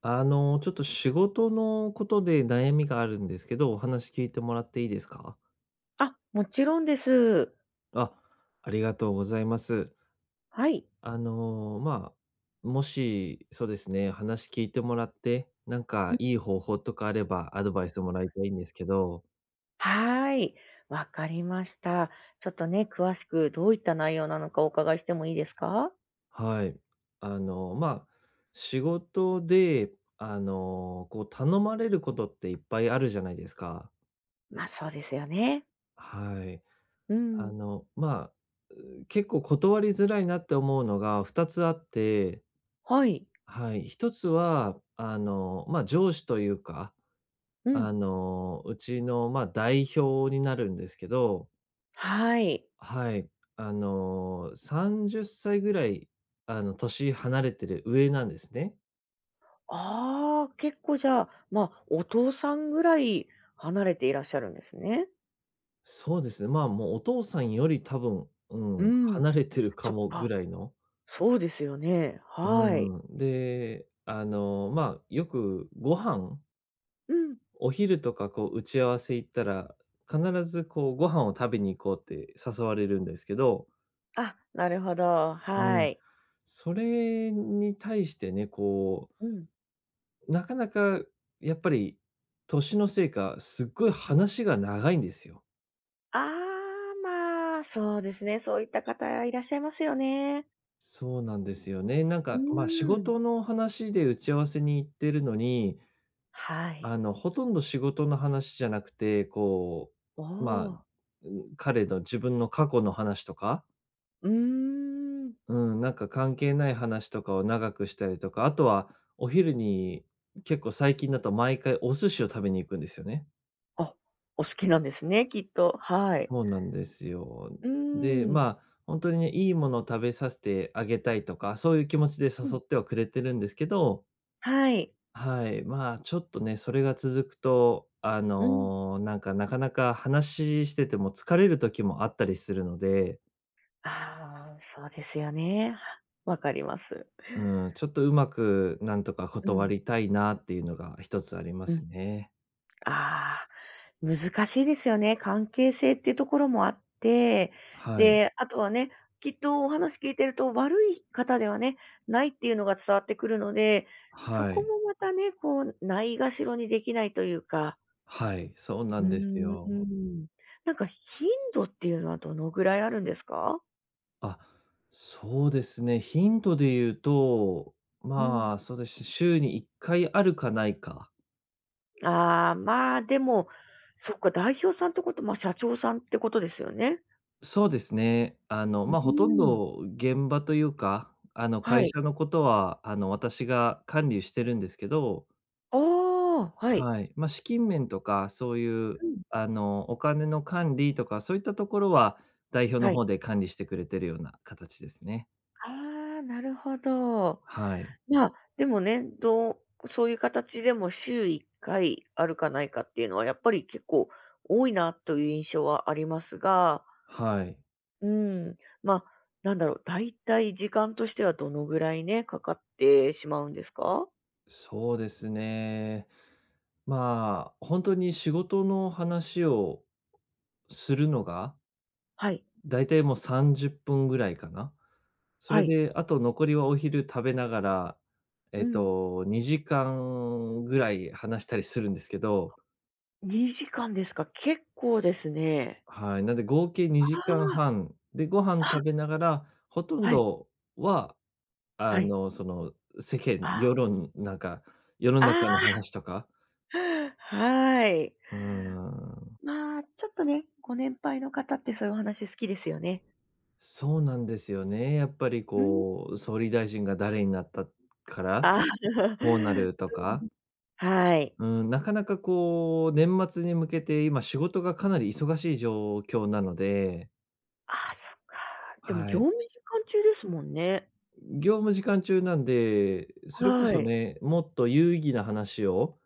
ちょっと仕事のことで悩みがあるんですけど、お話聞いてもらっていいですか？あ、もちろんです。あ、ありがとうございます。はい。あの、まもし、そうですね、話聞いてもらって、なんうかん。いい方法とかあればアドバイスもらいたいんですけど、はーい。わかりました。ちょっとね、詳しくどういった内容なのかお伺いしてもいいですか？はい。あの、まあ、仕事で、こう頼まれることっていっぱいあるじゃないですか。ま、あ、そうですよね。はい。うあん。の、まあ、結構断りづらいなって思うのが2つあって、はい。はい、1つは、上司というか、うん。うちの、まあ、代表になるんですけど、はい。はい、30歳ぐらい、年離れてる上なんですね。ああ、結構じゃあ、まあ、お父さんぐらい離れていらっしゃるんですね。そうですね、まあ、もうお父さんより多分、ううん、ん。離れてるかそっもぐか、らいの。そうですよね。うはい。ん、で、よくご飯うん。お昼とかこう打ち合わせ行ったら、必ずこうご飯を食べに行こうって誘われるんですけど、あ、なるほど。はうん。い。それに対してね、うん。なかなかやっぱり年のせいか、すっごい話が長いんですよ。ああ、まあ、そうですね。そういった方いらっしゃいますよね。そうなんですよね。なんうーか、ま、仕ん。事の話で打ち合わせに行ってるのに、はい。ほとんど仕事の話じゃなくて、おう、まあ、お。うん、彼の自分の過去の話とかうーん。うん、なんか関係ない話とかを長くしたりとか、あとはお昼に結構最近だと毎回お寿司を食べに行くんですよね。あ、お好きなんですね、きっと。はい。そうなんですよ。うーで、ん。まあ、本当にね、いいものを食べさせてあげたいとか、そういう気持ちでう誘ん。ってはくれてるんですけど、はい。はい、まあ、ちょっとね、それが続くと、うん。なんか、なかなか話してても疲れる時もあったりするので、ああ、そうですよね。はわかります。うん、ちょっとうまくなんとかう断ん。りたいなっていうのが一つありまうん、すね。ああ、難しいですよね。関係性っていうところもあって、はい、で、あとはね、きっとお話聞いてると悪い方ではね、ないっていうのが伝わってくるので、そはこい、もまたね、こう、ないがしろにできないというか。はい、そうなうんですーよ。ん。なんか頻度っていうのはどのぐらいあるんですか？あ、そうですね、ヒントで言うと、うん。まあ、そうです、週に1回あるかないか。ああ、まあ、でも、そっか、代表さんってこと、ま、社長さんってことですよね。そうですね。うまあ、ほとんーん。ど現場というか、は会い。社のことは、私が管理してるんですけど、ああ、はい。はい、まあ、資金面とか、そういう、うん、あの、お金の管理とか、そういったところは代表のはい。方で管理してくれてるような形ですね。ああ、なるほど。はい、まあ、でもね、どうそういう形でも週1回あるかないかっていうのは、やっぱり結構多いなという印象はありますが、はい。うーん、まあ、なんだろう、大体時間としてはどのぐらいね、かかってしまうんですか？そうですね。まあ、本当に仕事の話をするのが、はい、だいたいもう30分ぐらいかな。そはれい。で、あと残りはお昼食べながら、うん。2時間ぐらい話したりするんですけど、2時間ですか、結構ですね。はい、なんで合計あ2時間半、で、ご飯あ、食あ、べながら、ほとんはい、どは、はあい。の、その、世間あ、世論なんか、世の中のあ話とか、あ、はい。うーん。まあ、ちょっとね、ご年配の方ってそういうお話好きですよね。そうなんですよね。やっぱりうん。こう、総理大臣が誰になったから、ああ。こうな るとうか、ん。はい。うん、なかなかこう、年末に向けて今仕事がかなり忙しい状況なので、ああ、そっか。でもは業い。務時間中ですもんね。業務時間中なんで、それこはそい。ね、もっと有意義な話を、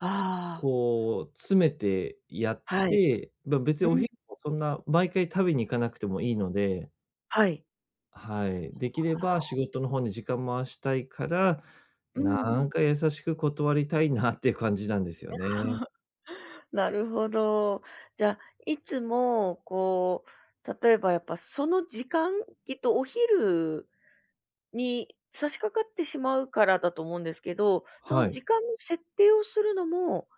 あこう、詰めてやっあ、はい。て、ま、別うにおん。昼もそんな毎回食べに行かなくてもいいのではい。はい。できれば仕事の方に時間回したいから、うん。なんか優しく断りたいなっていう感じなんですよね。なるほど。じゃあ、いつもこう、例えばやっぱその時間、きっとお昼に差し掛かってしまうからだと思うんですけど、そのはい。時間の設定をするのも、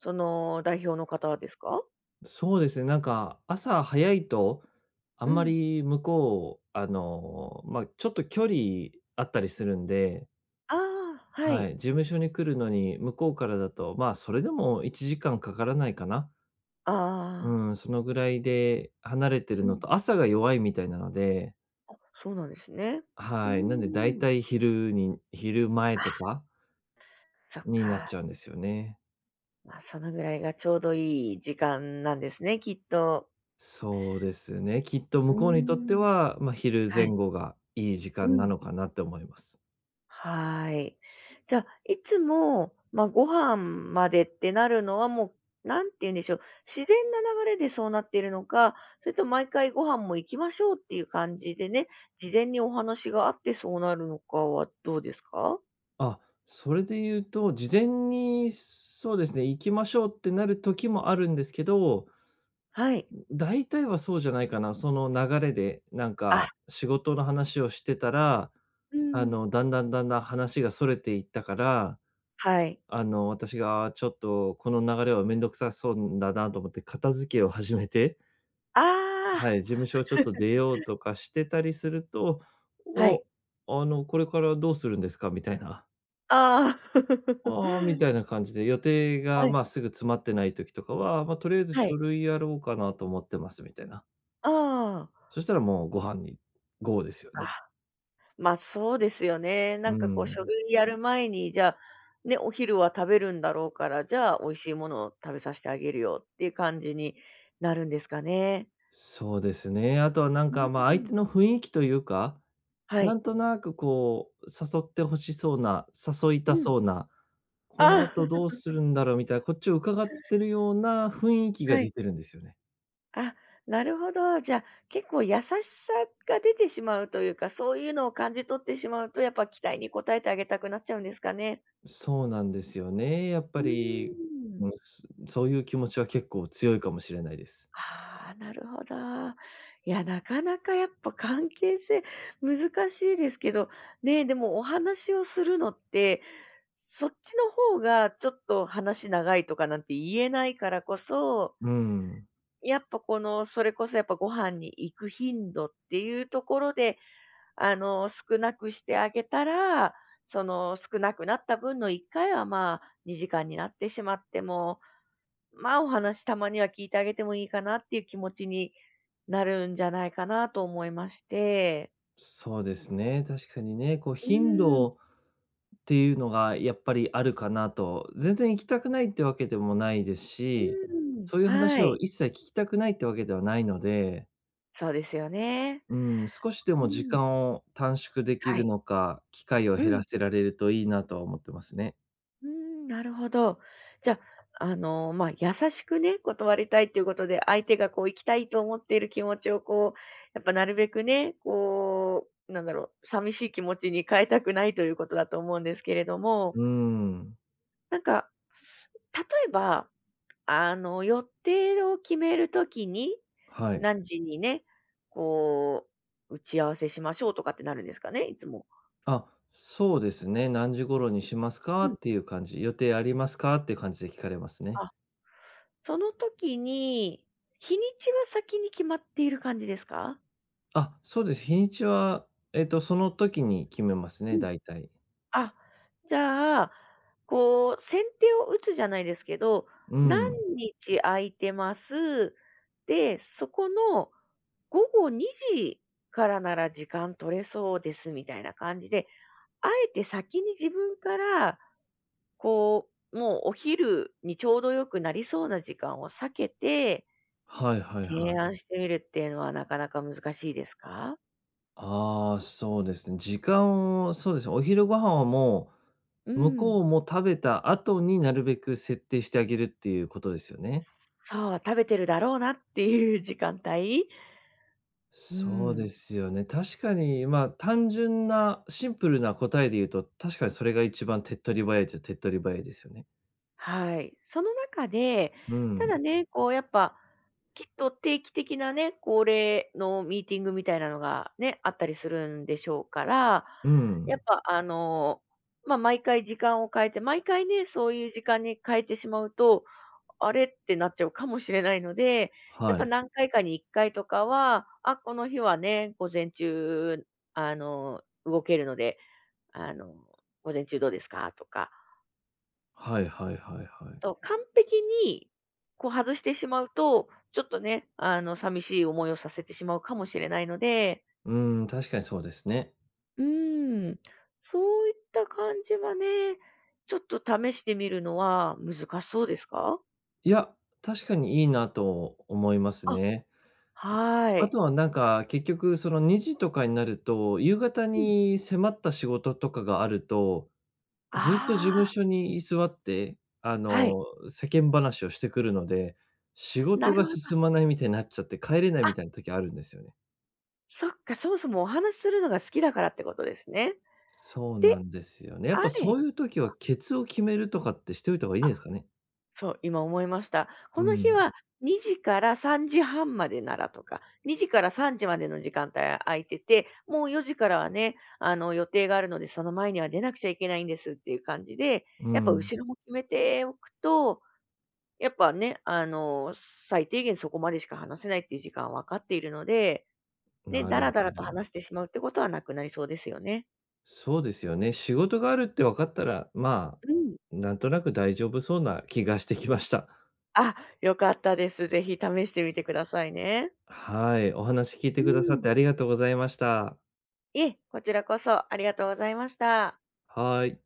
その代表の方ですか？そうですね、なんか朝早いと、あうんまん。り向こう、まあ、ちょっと距離あったりするんで、ああ、ははい。い、事務所に来るのに、向こうからだと、まあ、それでも1時間かからないかな。ああ。うん、そのぐらいで離れてるうのん。と、朝が弱いみたいなので、あ、そうなんですね。うーはい、なんでだいん。たい昼前とかそっになっか。ちゃうんですよね。まあ、そのぐらいがちょうどいい時間なんですね、きっと。そうですね。きっとうー向こうにとってん。は、まあ、昼は前い。後がいい時う間なん。のかなって思います。はい。じゃあ、いつも、まあ、ご飯までってなるのは、もう、なんて言うんでしょう、自然な流れでそうなっているのか、それと毎回ご飯も行きましょうっていう感じでね、事前にお話があってそうなるのかはどうですか？あ、それで言うと、事前にそうですね、行きましょうってなる時もあるんですけど、はい。大体はそうじゃないかな。その流れで、なんあ、か仕事の話をしてたら、うあん。の、だんだんだんだん話がそれていったから、はい。私があーちょっとこの流れはめんどくさそうだなと思って片付けを始めてあはあ、い、事務所をちょっと出ようとかしてたりすると、はお、い。あの、これからどうするんですかみたいな。ああ。ああ、み たいな感じで、予定が、はい、ま、すぐ詰まってない時とかは、まあ、とりあえずは書い。類やろうかなと思ってますみたいな。ああ。そしたらもうご飯にゴーですよね。ま、あ、そうですよね。なうんかこう、書ん。類やる前に、じゃあ、ね、お昼は食べるんだろうから、じゃあ、美味しいものを食べさせてあげるよっていう感じになるんですかね。そうですね。あとはなんうん。か、まあ、相手の雰囲気というか、はない。んとなくこう、誘って欲しそうな、誘いうたん。そうな、このあ後どうするんだろうみたいな、こっちを伺ってるような雰囲気あ。がは出い。てるんですよね。あ、なるほど。じゃあ、結構優しさが出てしまうというか、そういうのを感じ取ってしまうと、やっぱ期待に応えてあげたくなっちゃうんですかね。そうなんですよね。やっうぱーり、ん。うん、そういう気持ちは結構強いかもしれないです。ああ、なるほど。いや、なかなかやっぱ関係性難しいですけど、ねえ、でもお話をするのって、そっちの方がちょっと話長いとかなんて言えないからこそ、うん、やっぱこの、それこそやっぱご飯に行く頻度っていうところで、あの、少なくしてあげたら、その少なくなった分の1回はまあ2時間になってしまっても、まあ、お話たまには聞いてあげてもいいかなっていう気持ちになるんじゃないかなと思いまして。そうですね、確かにね、こうう頻度ーん、うをていうのがやっぱりあるかなと。全然行きたくないってわけでもないですし、ーん。そういう話はをい、一切聞きたくないってわけではないので、そうですよね。うん、少しでうも時ん。間を短縮できはるい。のか、機会をう減ん、らせられるといいなとは思ってますね。うーん、なるほど。じゃあ、あの、まあ、優しくね、断りたいということで、相手がこう行きたいと思っている気持ちをこう、やっぱなるべくね、こう、なんだろう、寂しい気持ちに変えたくないということだと思うんですけれども、うーん、なんか、例えばあの、予定を決めるときに、はい。何時にね、こう、打ち合わせしましょうとかってなるんですかね、いつも。あ、そうですね。何時頃にしますうかん。っていう感じ、予定ありますかっていう感じで聞かれますね。あ、その時に、日にちは先に決まっている感じですか？あ、そうです。日にちは、その時に決めますうね、ん。大体。あ、じゃあ、こう、先手を打つじゃないですけど、う何ん。日空いてます。で、そこの午後2時からなら時間取れそうですみたいな感じで、あえて先に自分から、こう、もうお昼にちょうど良くなりそうな時間を避けて、はいはいは提案い。してみるっていうのはなかなか難しいですか？ああ、そうですね。時間を、そうですね、お昼ご飯はもうう、向ん。こうも食べた後になるべく設定してあげるっていうことですよね。そう、食べてるだろうなっていう時間帯？うそうでん。すよね。確かに、まあ、単純なシンプルな答えで言うと、確かにそれが一番手っ取り早いっちゃ手っ取り早いですよね。はい。その中で、うただん。ね、こうやっぱ、きっと定期的なね、恒例のミーティングみたいなのがね、あったりするんでしょうから、うやっん。ぱあの、まあ、毎回時間を変えて、毎回ね、そういう時間に変えてしまうと、あれ？ってなっちゃうかもしれないので、やっはぱい。何回かに1回とかは、あ、この日はね、午前中、あの、動けるので、あの、午前中どうですか？とか、はいはいはいはい。と、完璧に、こう外してしまうと、ちょっとね、あの、寂しい思いをさせてしまうかもしれないので、うん、確かにそうですね。うーん、そういった感じはね、ちょっと試してみるのは難しそうですか？いや、確かにいいなと思いますあ、ね。はあい。とはなんか、結局その2時とかになると、夕方うん。に迫った仕事とかがあると、ずっと事務あ所に居座って、あ、はい。世間話をしてくるので、仕な事るがほど。進まないみたいになっちゃって、帰れないあ、みたいな時あるんですよね。そっか、そもそもお話しするのが好きだからってことですね。そうなでんですよね。やっあぱれ、そういう時はケツを決めるとかってしておいた方がいいですかね？そう、今思いました。こうの日ん。は2時から3時半までならとか、2時から3時までの時間帯空いてて、もう4時からはね、あの、予定があるので、その前には出なくちゃいけないんですっていう感じで、うやっぱん。後ろも決めておくと、やっぱね、あの、最低限そこまでしか話せないっていう時間は分かっているので、ね、なだらるだほらとど。話してしまうってことはなくなりそうですよね。そうですよね。仕事があるって分かったら、まうん。あ、なんとなく大丈夫そうな気がしてきました。あ、よかったです。ぜひ試してみてくださいね。はい、お話聞いうてくださっん。てありがとうございました。いえ、こちらこそありがとうございました。はい。